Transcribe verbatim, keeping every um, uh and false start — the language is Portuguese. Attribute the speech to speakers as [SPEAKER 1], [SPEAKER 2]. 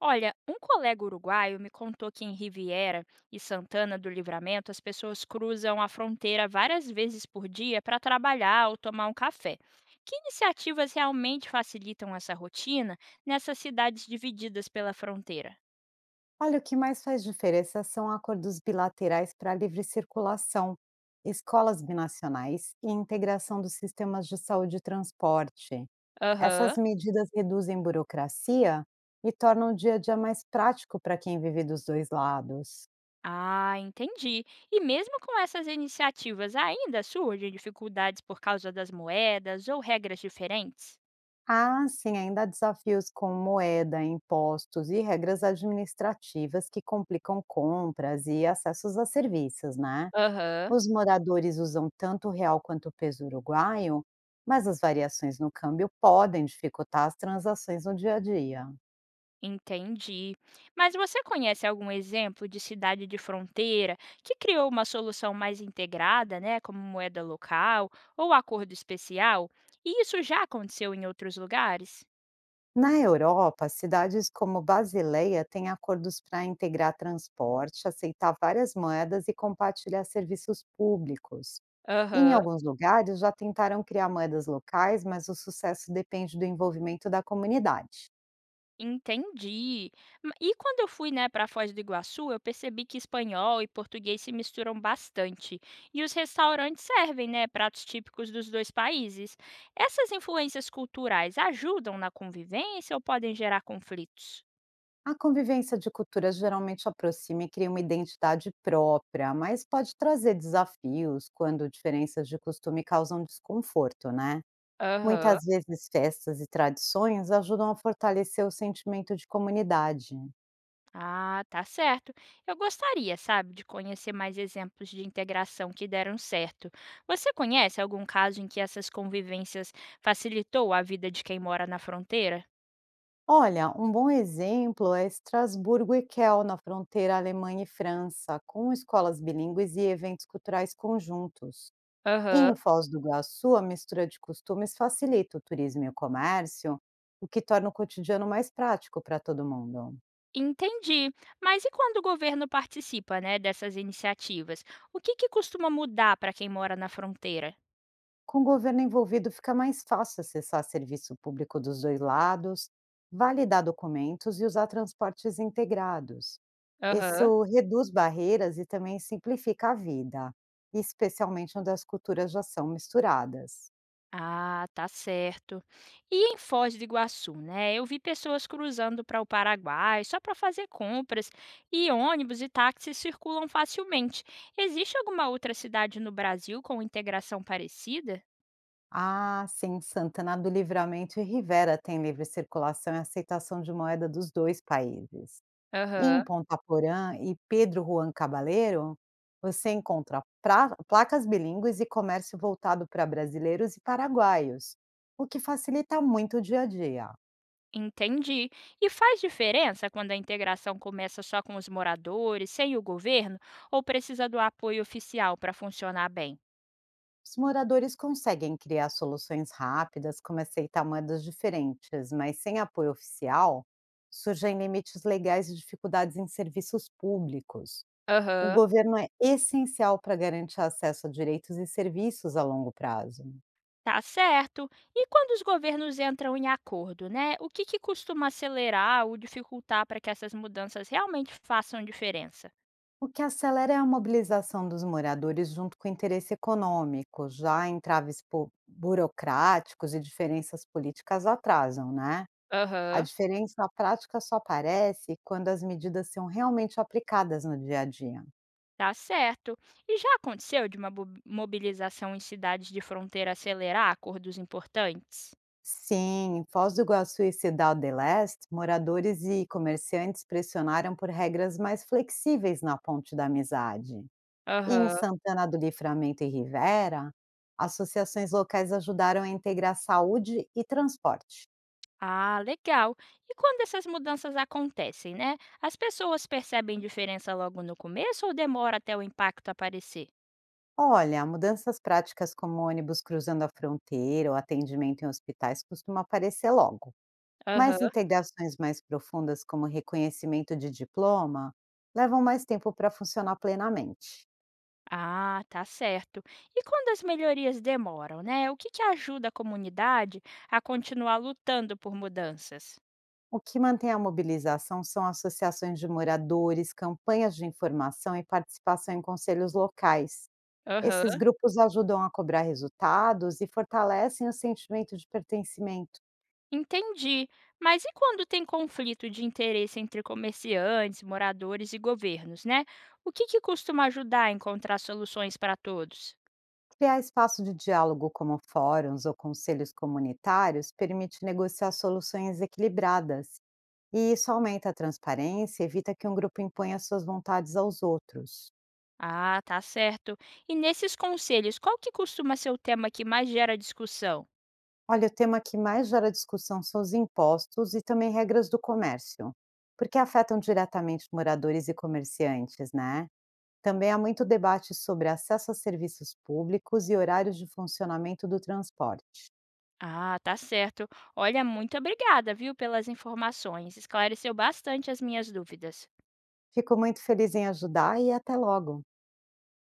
[SPEAKER 1] Olha, um colega uruguaio me contou que em Riviera e Santana do Livramento as pessoas cruzam a fronteira várias vezes por dia para trabalhar ou tomar um café. Que iniciativas realmente facilitam essa rotina nessas cidades divididas pela fronteira?
[SPEAKER 2] Olha, o que mais faz diferença são acordos bilaterais para livre circulação, escolas binacionais e integração dos sistemas de saúde e transporte.
[SPEAKER 1] Aham.
[SPEAKER 2] Essas medidas reduzem burocracia e tornam o dia a dia mais prático para quem vive dos dois lados.
[SPEAKER 1] Ah, entendi. E mesmo com essas iniciativas, ainda surgem dificuldades por causa das moedas ou regras diferentes?
[SPEAKER 2] Ah, sim, ainda há desafios com moeda, impostos e regras administrativas que complicam compras e acessos a serviços, né?
[SPEAKER 1] Aham.
[SPEAKER 2] Os moradores usam tanto o real quanto o peso uruguaio, mas as variações no câmbio podem dificultar as transações no dia a dia.
[SPEAKER 1] Entendi. Mas você conhece algum exemplo de cidade de fronteira que criou uma solução mais integrada, né, como moeda local ou acordo especial? E isso já aconteceu em outros lugares?
[SPEAKER 2] Na Europa, cidades como Basileia têm acordos para integrar transporte, aceitar várias moedas e compartilhar serviços públicos. Em
[SPEAKER 1] Aham,
[SPEAKER 2] alguns lugares já tentaram criar moedas locais, mas o sucesso depende do envolvimento da comunidade.
[SPEAKER 1] entendi. Ma- E quando eu fui, né, para Foz do Iguaçu, eu percebi que espanhol e português se misturam bastante. E os restaurantes servem, né, pratos típicos dos dois países. Essas influências culturais ajudam na convivência ou podem gerar conflitos?
[SPEAKER 2] A convivência de culturas geralmente aproxima e cria uma identidade própria, mas pode trazer desafios quando diferenças de costume causam desconforto, né?
[SPEAKER 1] Aham.
[SPEAKER 2] Muitas vezes festas e tradições ajudam a fortalecer o sentimento de comunidade.
[SPEAKER 1] Ah, tá certo. Eu gostaria, sabe, de conhecer mais exemplos de integração que deram certo. Você conhece algum caso em que essas convivências facilitou a vida de quem mora na fronteira?
[SPEAKER 2] Olha, um bom exemplo é Estrasburgo e Kel, na fronteira Alemanha e França, com escolas bilíngues e eventos culturais conjuntos. E
[SPEAKER 1] Aham.
[SPEAKER 2] em Foz do Iguaçu, a mistura de costumes facilita o turismo e o comércio, o que torna o cotidiano mais prático para todo mundo.
[SPEAKER 1] Entendi. Mas e quando o governo participa, né, dessas iniciativas? O que que costuma mudar para quem mora na fronteira?
[SPEAKER 2] Com o governo envolvido, fica mais fácil acessar serviço público dos dois lados, validar documentos e usar transportes integrados.
[SPEAKER 1] Aham.
[SPEAKER 2] Isso reduz barreiras e também simplifica a vida, especialmente onde as culturas já são misturadas.
[SPEAKER 1] Ah, tá certo. E em Foz do Iguaçu, né? Eu vi pessoas cruzando para o Paraguai só para fazer compras, e ônibus e táxis circulam facilmente. Existe alguma outra cidade no Brasil com integração parecida?
[SPEAKER 2] Ah, sim, Santana do Livramento e Rivera têm livre circulação e aceitação de moeda dos dois países.
[SPEAKER 1] Aham,
[SPEAKER 2] Em Ponta Porã e Pedro Juan Caballero, você encontra pra placas bilíngues e comércio voltado para brasileiros e paraguaios, o que facilita muito o dia a dia.
[SPEAKER 1] entendi. E faz diferença quando a integração começa só com os moradores, sem o governo, ou precisa do apoio oficial para funcionar bem?
[SPEAKER 2] Os moradores conseguem criar soluções rápidas, como aceitar moedas diferentes, mas sem apoio oficial, surgem limites legais e dificuldades em serviços públicos. O
[SPEAKER 1] Aham.
[SPEAKER 2] governo é essencial para garantir acesso a direitos e serviços a longo prazo.
[SPEAKER 1] Tá certo. E quando os governos entram em acordo, né? O que, que costuma acelerar ou dificultar para que essas mudanças realmente façam diferença?
[SPEAKER 2] O que acelera é a mobilização dos moradores junto com o interesse econômico, já entraves po- burocráticos e diferenças políticas atrasam, né? A
[SPEAKER 1] Aham.
[SPEAKER 2] diferença na prática só aparece quando as medidas são realmente aplicadas no dia a dia.
[SPEAKER 1] Tá certo. E já aconteceu de uma bo- mobilização em cidades de fronteira acelerar acordos importantes?
[SPEAKER 2] Sim, em Foz do Iguaçu e Cidade del Este, moradores e comerciantes pressionaram por regras mais flexíveis na Ponte da Amizade. E em
[SPEAKER 1] Aham.
[SPEAKER 2] Santana do Livramento e Rivera, associações locais ajudaram a integrar saúde e transporte.
[SPEAKER 1] Ah, legal. E quando essas mudanças acontecem, né? As pessoas percebem diferença logo no começo ou demora até o impacto aparecer?
[SPEAKER 2] Olha, mudanças práticas como ônibus cruzando a fronteira ou atendimento em hospitais costuma aparecer logo. Mas
[SPEAKER 1] Aham.
[SPEAKER 2] integrações mais profundas, como reconhecimento de diploma, levam mais tempo para funcionar plenamente.
[SPEAKER 1] Ah, tá certo. E quando as melhorias demoram, né? O que que ajuda a comunidade a continuar lutando por mudanças?
[SPEAKER 2] O que mantém a mobilização são associações de moradores, campanhas de informação e participação em conselhos locais. Esses
[SPEAKER 1] Aham,
[SPEAKER 2] grupos ajudam a cobrar resultados e fortalecem o sentimento de pertencimento.
[SPEAKER 1] entendi. Mas e quando tem conflito de interesse entre comerciantes, moradores e governos, né? O que que costuma ajudar a encontrar soluções para todos?
[SPEAKER 2] Criar espaço de diálogo como fóruns ou conselhos comunitários permite negociar soluções equilibradas, e isso aumenta a transparência e evita que um grupo imponha suas vontades aos outros.
[SPEAKER 1] Ah, tá certo. E nesses conselhos, qual que costuma ser o tema que mais gera discussão?
[SPEAKER 2] Olha, o tema que mais gera discussão são os impostos e também regras do comércio, porque afetam diretamente moradores e comerciantes, né? Também há muito debate sobre acesso a serviços públicos e horários de funcionamento do transporte.
[SPEAKER 1] Ah, tá certo. Olha, muito obrigada, viu, pelas informações. Esclareceu bastante as minhas dúvidas.
[SPEAKER 2] Fico muito feliz em ajudar e até logo!